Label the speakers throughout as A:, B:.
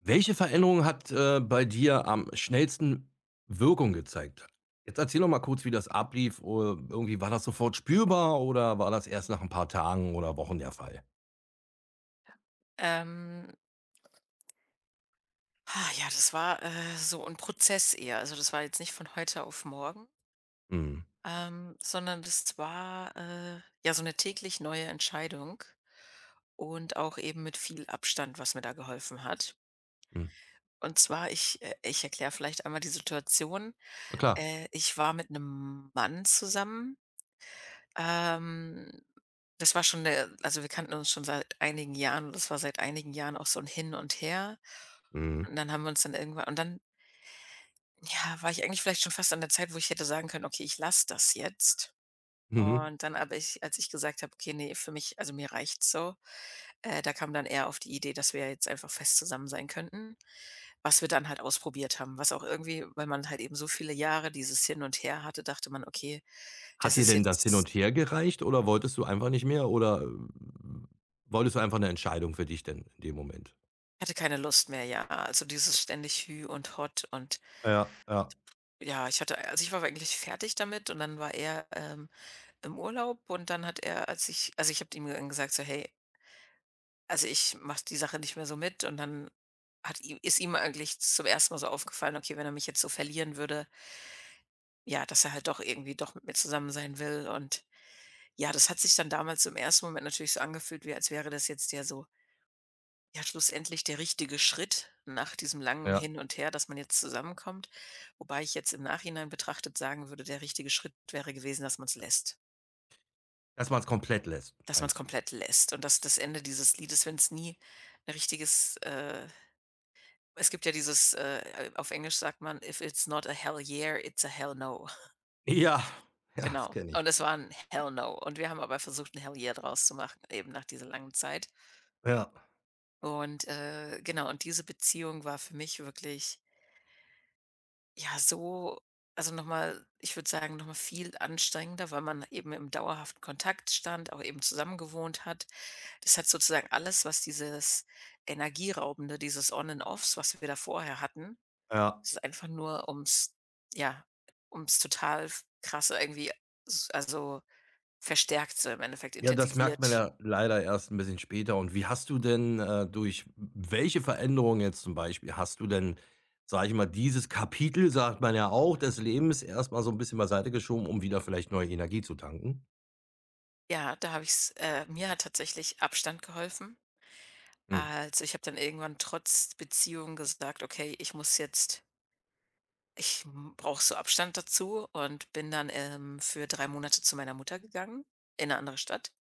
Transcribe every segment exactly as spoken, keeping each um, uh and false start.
A: Welche Veränderung hat, äh, bei dir am schnellsten Wirkung gezeigt? Jetzt erzähl doch mal kurz, wie das ablief. Oder irgendwie war das sofort spürbar oder war das erst nach ein paar Tagen oder Wochen der Fall?
B: Ähm, ah, ja, das war, äh, so ein Prozess eher. Also, das war jetzt nicht von heute auf morgen,
A: Mhm,
B: ähm, sondern das war, äh, ja, so eine täglich neue Entscheidung und auch eben mit viel Abstand, was mir da geholfen hat.
A: mhm.
B: Und zwar, ich äh, ich erkläre vielleicht einmal die Situation.
A: Na klar.
B: Äh, ich war mit einem Mann zusammen. Ähm, das war schon 'ne also, Wir kannten uns schon seit einigen Jahren und das war seit einigen Jahren auch so ein Hin und Her.
A: Mhm,
B: Und dann haben wir uns dann irgendwann und dann, ja, war ich eigentlich vielleicht schon fast an der Zeit, wo ich hätte sagen können: „Okay, ich lasse das jetzt."
A: mhm.
B: Und dann aber ich als ich gesagt habe: „Okay, nee, für mich also, mir reicht's so", äh, da kam dann eher auf die Idee, dass wir jetzt einfach fest zusammen sein könnten, was wir dann halt ausprobiert haben. Was auch irgendwie, weil man halt eben so viele Jahre dieses Hin und Her hatte, dachte man: „Okay, das
A: Hat dir
B: ist
A: denn das hin und
B: jetzt."
A: her gereicht oder wolltest du einfach nicht mehr oder, ähm, wolltest du einfach eine Entscheidung für dich denn in dem Moment?
B: Hatte keine Lust mehr, ja. Also, dieses ständig Hü und hot und,
A: Ja, ja,
B: ja, ich hatte also, ich war eigentlich fertig damit und dann war er, ähm, im Urlaub und dann hat er als ich also, ich habe ihm dann gesagt so: „Hey". Also, ich mache die Sache nicht mehr so mit. Und dann hat ihm ist ihm eigentlich zum ersten Mal so aufgefallen, okay, wenn er mich jetzt so verlieren würde, ja, dass er halt doch irgendwie doch mit mir zusammen sein will und, ja, das hat sich dann damals im ersten Moment natürlich so angefühlt, wie als wäre das jetzt, ja, so, ja, schlussendlich der richtige Schritt nach diesem langen
A: ja.
B: Hin und Her, dass man jetzt zusammenkommt, wobei ich jetzt im Nachhinein betrachtet sagen würde, der richtige Schritt wäre gewesen, dass man es lässt
A: Dass man es komplett lässt,
B: dass man es
A: meinst du?
B: komplett lässt und dass das Ende dieses Liedes, wenn es nie ein richtiges, äh Es gibt ja dieses, äh auf Englisch sagt man: „If it's not a hell yeah, it's a hell no."
A: Ja, ja, das
B: Genau.
A: kenne
B: Und
A: ich.
B: es war ein Hell no. Und wir haben aber versucht, ein Hell yeah draus zu machen, eben nach dieser langen Zeit.
A: Ja,
B: Und, äh, genau, und diese Beziehung war für mich wirklich, ja, so. Also nochmal, ich würde sagen, nochmal viel anstrengender, weil man eben im dauerhaften Kontakt stand, auch eben zusammen gewohnt hat. Das hat sozusagen alles, was dieses Energieraubende, dieses On and Offs, was wir da vorher hatten.
A: ja.
B: Es ist einfach nur ums, ja, ums total krasse irgendwie s also, verstärkte, im Endeffekt
A: Ja, das merkt man
B: intensiviert.
A: ja leider erst ein bisschen später. Und wie hast du denn, äh durch welche Veränderung jetzt zum Beispiel hast du denn, sage ich mal, dieses Kapitel, sagt man ja auch, des Lebens erstmal so ein bisschen beiseite geschoben, um wieder vielleicht neue Energie zu tanken?
B: Ja, da habe ich's äh, mir hat tatsächlich Abstand geholfen.
A: Hm.
B: Also, ich habe dann irgendwann trotz Beziehung gesagt: „Okay, ich muss jetzt ich brauche so Abstand dazu" und bin dann, ähm, für drei Monate zu meiner Mutter gegangen in eine andere Stadt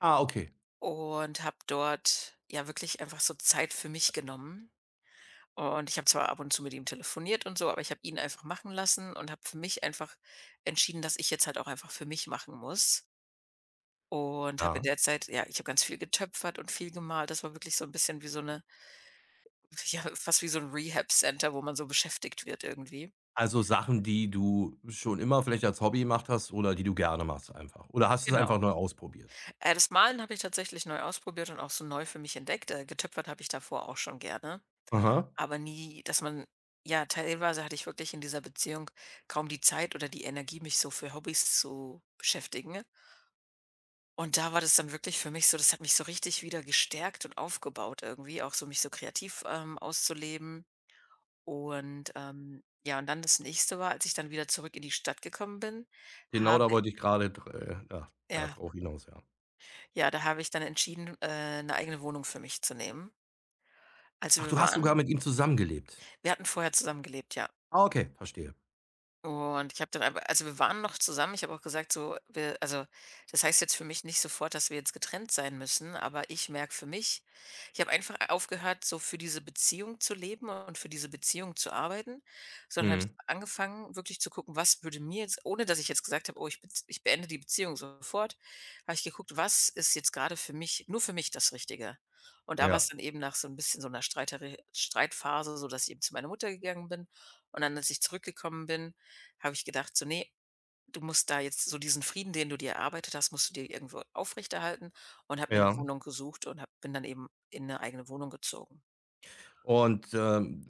A: Ah, okay.
B: und habe dort, ja, wirklich einfach so Zeit für mich genommen. Und ich habe zwar ab und zu mit ihm telefoniert und so, aber ich habe ihn einfach machen lassen und habe für mich einfach entschieden, dass ich jetzt halt auch einfach für mich machen muss. Und habe in
A: Ja.
B: der Zeit, ja, ich habe ganz viel getöpfert und viel gemalt. Das war wirklich so ein bisschen wie so eine ja, fast wie so ein Rehab-Center, wo man so beschäftigt wird irgendwie.
A: Also Sachen, die du schon immer vielleicht als Hobby gemacht hast oder die du gerne machst einfach. Oder hast du es einfach
B: Genau.
A: neu ausprobiert?
B: Äh, das Malen habe ich tatsächlich neu ausprobiert und auch so neu für mich entdeckt. Äh, getöpfert habe ich davor auch schon gerne,
A: Aha.
B: aber nie, dass man. Ja, teilweise hatte ich wirklich in dieser Beziehung kaum die Zeit oder die Energie, mich so für Hobbys zu beschäftigen. Und da war das dann wirklich für mich so. Das hat mich so richtig wieder gestärkt und aufgebaut irgendwie, auch so mich so kreativ, ähm, auszuleben. Und, ähm, ja, und dann das Nächste war, als ich dann wieder zurück in die Stadt gekommen bin,
A: Genau
B: habe
A: da wollte ich gerade. Dr äh, ja, ja,
B: ja,
A: drauf hinaus, ja.
B: ja, da habe ich dann entschieden, äh, 'ne eigene Wohnung für mich zu nehmen. Also,
A: Ach,
B: wir
A: du hast sogar
B: waren
A: mit ihm zusammengelebt?
B: Wir hatten vorher zusammengelebt, ja.
A: Ah, okay, verstehe.
B: Und ich habe dann aber Also, wir waren noch zusammen. Ich habe auch gesagt, so, wir also, das heißt jetzt für mich nicht sofort, dass wir jetzt getrennt sein müssen, aber ich merke für mich. Ich habe einfach aufgehört, so für diese Beziehung zu leben und für diese Beziehung zu arbeiten, sondern habe ich
A: Mhm,
B: angefangen, wirklich zu gucken, was würde mir jetzt. Ohne dass ich jetzt gesagt habe: „Oh, ich bez ich beende die Beziehung sofort", habe ich geguckt, was ist jetzt gerade für mich nur für mich das Richtige. Und da war es
A: ja.
B: dann eben nach so ein bisschen so einer Streiterei Streitphase so, dass ich eben zu meiner Mutter gegangen bin. Und dann, als ich zurückgekommen bin, habe ich gedacht, so: „Nee, du musst da jetzt so diesen Frieden, den du dir erarbeitet hast, musst du dir irgendwo aufrechterhalten" und habe mir eine
A: Ja,
B: Wohnung gesucht und habe bin dann eben in eine eigene Wohnung gezogen.
A: und, ähm,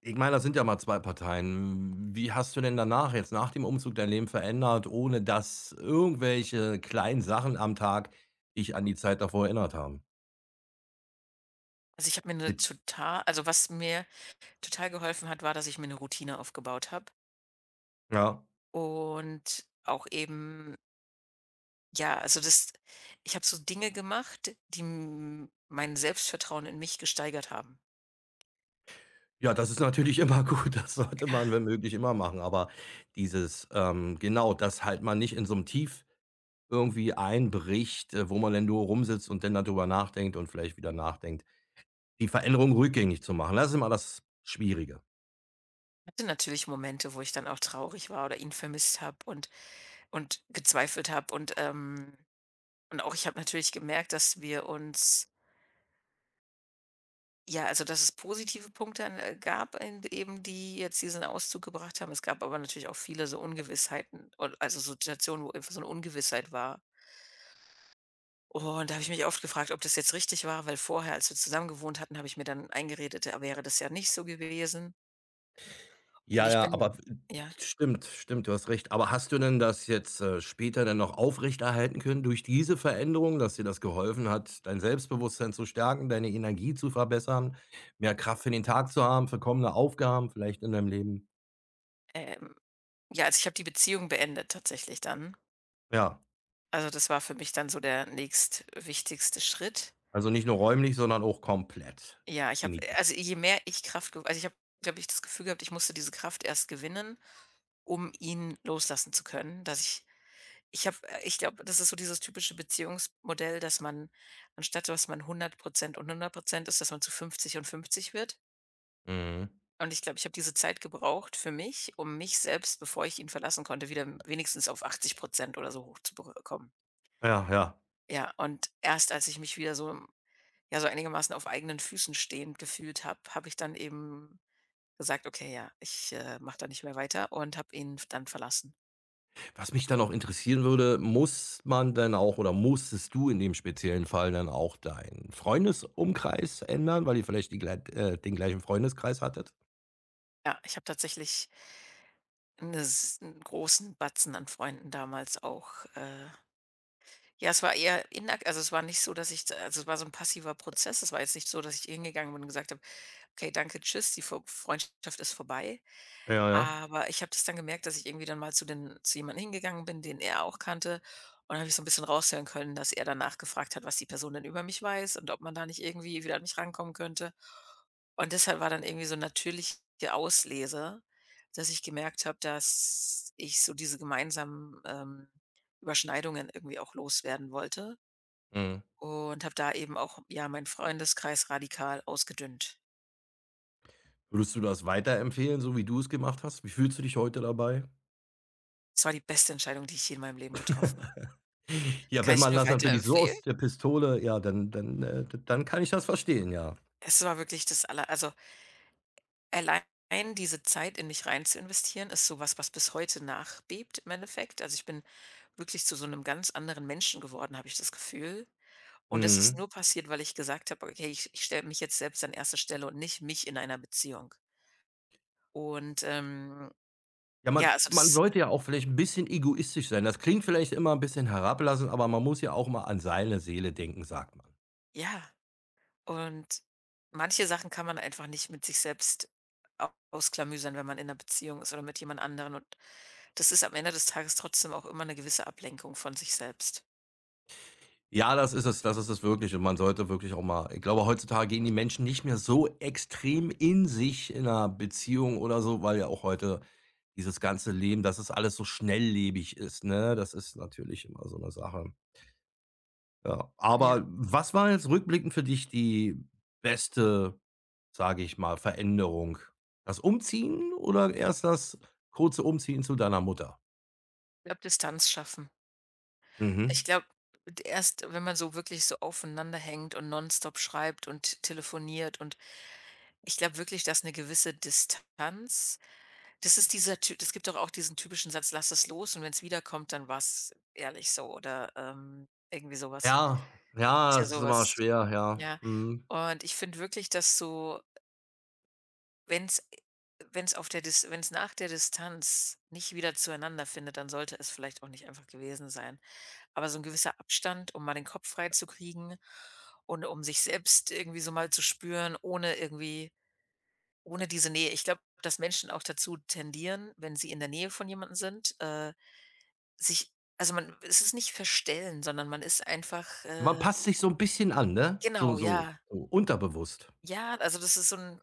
A: ich meine, das sind ja mal zwei Parteien. Wie hast du denn danach jetzt nach dem Umzug dein Leben verändert, ohne dass irgendwelche kleinen Sachen am Tag dich an die Zeit davor erinnert haben?
B: Also, ich habe mir 'ne
A: Mit
B: total also, Was mir total geholfen hat, war, dass ich mir eine Routine aufgebaut habe
A: Ja.
B: und auch eben, ja, also, das. Ich habe so Dinge gemacht, die m mein Selbstvertrauen in mich gesteigert haben.
A: Ja, das ist natürlich immer gut, das sollte
B: Ja,
A: man, wenn möglich, immer machen, aber dieses, ähm genau, dass halt man nicht in so einem Tief irgendwie einbricht, äh, wo man dann nur rumsitzt und dann darüber nachdenkt und vielleicht wieder nachdenkt. Die Veränderung rückgängig zu machen, das ist immer das Schwierige.
B: hatte natürlich Momente, wo ich dann auch traurig war oder ihn vermisst habe und und gezweifelt habe und, ähm Und auch ich habe natürlich gemerkt, dass wir uns, ja, also dass es positive Punkte an, äh, gab in eben, die jetzt diesen Auszug gebracht haben. Es gab aber natürlich auch viele so Ungewissheiten und, also, so Situationen, wo einfach so eine Ungewissheit war. Oh. Und da habe ich mich oft gefragt, ob das jetzt richtig war, weil vorher, als wir zusammen gewohnt hatten, habe ich mir dann eingeredet, da wäre das ja nicht so gewesen. Und
A: Ja,
B: ich
A: ja,
B: bin
A: aber
B: Ja,
A: stimmt, stimmt, du hast recht. Aber hast du denn das jetzt, äh, später dann noch aufrechterhalten können durch diese Veränderung, dass dir das geholfen hat, dein Selbstbewusstsein zu stärken, deine Energie zu verbessern, mehr Kraft für den Tag zu haben, für kommende Aufgaben vielleicht in deinem Leben?
B: ähm ja, also ich habe die Beziehung beendet tatsächlich dann.
A: Ja,
B: Also, das war für mich dann so der nächstwichtigste Schritt.
A: also nicht nur räumlich, sondern auch komplett.
B: Ja, ich habe
A: Weniger.
B: also, je mehr ich Kraft ge also, Ich habe, glaube ich, das Gefühl gehabt, ich musste diese Kraft erst gewinnen, um ihn loslassen zu können, dass ich ich habe, äh, ich glaube, das ist so dieses typische Beziehungsmodell, dass man, anstatt dass man hundert Prozent und hundert Prozent ist, dass man zu fünfzig und fünfzig wird.
A: Mhm.
B: Und ich glaube, ich habe diese Zeit gebraucht für mich, um mich selbst, bevor ich ihn verlassen konnte, wieder m- wenigstens auf achtzig Prozent oder so hoch zu hochzubekommen.
A: Ja, ja.
B: Ja, und erst als ich mich wieder so, ja, so einigermaßen auf eigenen Füßen stehend gefühlt habe, habe ich dann eben gesagt: „Okay, ja, ich, äh, mache da nicht mehr weiter" und habe ihn dann verlassen.
A: Was mich dann auch interessieren würde, muss man dann auch oder musstest du in dem speziellen Fall dann auch deinen Freundesumkreis ändern, weil ihr vielleicht die glei äh, den gleichen Freundeskreis hattet?
B: Ja, ich habe tatsächlich 'ne s 'n großen Batzen an Freunden damals auch, äh ja, es war eher inak also, es war nicht so, dass ich, also, es war so ein passiver Prozess. Es war jetzt nicht so, dass ich hingegangen bin und gesagt habe: „Okay, danke, tschüss, die Vo Freundschaft ist vorbei."
A: Ja, ja.
B: Aber ich habe das dann gemerkt, dass ich irgendwie dann mal zu den zu jemandem hingegangen bin, den er auch kannte. Und dann habe ich so ein bisschen raushören können, dass er danach gefragt hat, was die Person denn über mich weiß und ob man da nicht irgendwie wieder an mich rankommen könnte. Und deshalb war dann irgendwie so 'n natürliche Auslese, dass ich gemerkt habe, dass ich so diese gemeinsamen, ähm, Überschneidungen irgendwie auch loswerden wollte
A: Mhm.
B: und habe da eben auch, ja, meinen Freundeskreis radikal ausgedünnt.
A: Würdest du das weiterempfehlen, so wie du es gemacht hast? Wie fühlst du dich heute dabei?
B: Es war die beste Entscheidung, die ich je in meinem Leben getroffen habe.
A: Ja,
B: Kann
A: wenn
B: ich
A: man
B: nur
A: das natürlich so
B: weiterempfehlen.
A: aus der Pistole ja, dann dann, äh, d dann kann ich das verstehen, ja.
B: Es war wirklich das aller also, allein diese Zeit in mich rein zu investieren, ist sowas, was bis heute nachbebt im Endeffekt. Also, ich bin wirklich zu so einem ganz anderen Menschen geworden, habe ich das Gefühl. Und das ist
A: Mhm.
B: nur passiert, weil ich gesagt habe: „Okay, ich ich stelle mich jetzt selbst an erste Stelle und nicht mich in einer Beziehung." Und, ähm,
A: Ja,
B: ja,
A: man
B: also,
A: man
B: das
A: sollte ja auch vielleicht 'n bisschen egoistisch sein. Das klingt vielleicht immer ein bisschen herablassend, aber man muss ja auch mal an seine Seele denken, sagt man.
B: ja, und manche Sachen kann man einfach nicht mit sich selbst a ausklamüsern, wenn man in einer Beziehung ist oder mit jemand anderen, und das ist am Ende des Tages trotzdem auch immer eine gewisse Ablenkung von sich selbst.
A: Ja, das ist es, das ist es wirklich und man sollte wirklich auch mal ich glaube, heutzutage gehen die Menschen nicht mehr so extrem in sich in einer Beziehung oder so, weil ja auch heute dieses ganze Leben, dass es alles so schnelllebig ist, ne? Das ist natürlich immer so eine Sache. Ja,
B: Ja.
A: aber was war jetzt rückblickend für dich die beste, sage ich mal, Veränderung? Das Umziehen oder erst das kurze Umziehen zu deiner Mutter?
B: Ich glaube, Distanz schaffen. Ich
A: Mhm.
B: glaube, erst wenn man so wirklich so aufeinander hängt und nonstop schreibt und telefoniert und. Ich glaube wirklich, dass eine gewisse Distanz. Das ist dieser Ty Es gibt doch auch diesen typischen Satz: „Lass es los und wenn es wiederkommt, dann war's ehrlich so" oder, ähm, irgendwie sowas. Was.
A: Ja,
B: Da gibt's
A: ja,
B: ja
A: es ist immer
B: sowas,
A: schwer, ja.
B: ja.
A: Mhm.
B: Und ich finde wirklich, dass so. Wenn's äh, wenn's auf der Dis Wenn's nach der Distanz nicht wieder zueinander findet, dann sollte es vielleicht auch nicht einfach gewesen sein. Aber so 'n gewisser Abstand, um mal den Kopf freizukriegen und um sich selbst irgendwie so mal zu spüren, ohne irgendwie ohne diese Nähe. Ich glaube, dass Menschen auch dazu tendieren, wenn sie in der Nähe von jemandem sind, äh, sich also, man es ist nicht verstellen, sondern man ist einfach,
A: Man
B: äh
A: passt sich so 'n bisschen an, ne? So
B: genau,
A: so
B: ja.
A: so unterbewusst.
B: Ja, also das ist so ein,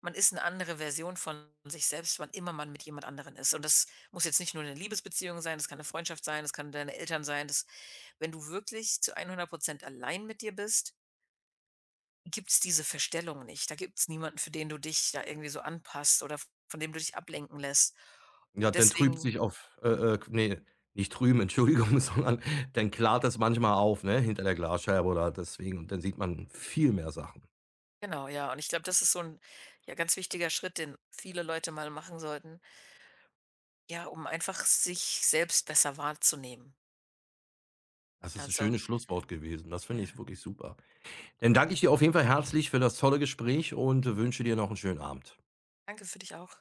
B: man ist eine andere Version von sich selbst, wann immer man mit jemand anderen ist. Und das muss jetzt nicht nur eine Liebesbeziehung sein, das kann eine Freundschaft sein, das kann deine Eltern sein. Das Wenn du wirklich zu hundert Prozent allein mit dir bist, gibt's diese Verstellung nicht. Da gibt's niemanden, für den du dich da irgendwie so anpasst oder von dem du dich ablenken lässt.
A: Ja,
B: Und
A: dann trübt
B: deswegen
A: sich auf äh, äh, ne, nicht trüben, Entschuldigung, sondern dann klart das manchmal auf, ne, hinter der Glasscheibe oder deswegen und dann sieht man viel mehr Sachen.
B: Genau, ja. Und ich glaube, das ist so ein, ja, ganz wichtiger Schritt, den viele Leute mal machen sollten, ja, um einfach sich selbst besser wahrzunehmen.
A: Das ist 'n
B: Also,
A: schönes Schlusswort gewesen. Das finde
B: ja,
A: ich wirklich super. Dann danke ich dir auf jeden Fall herzlich für das tolle Gespräch und wünsche dir noch 'n schönen Abend.
B: danke für dich auch.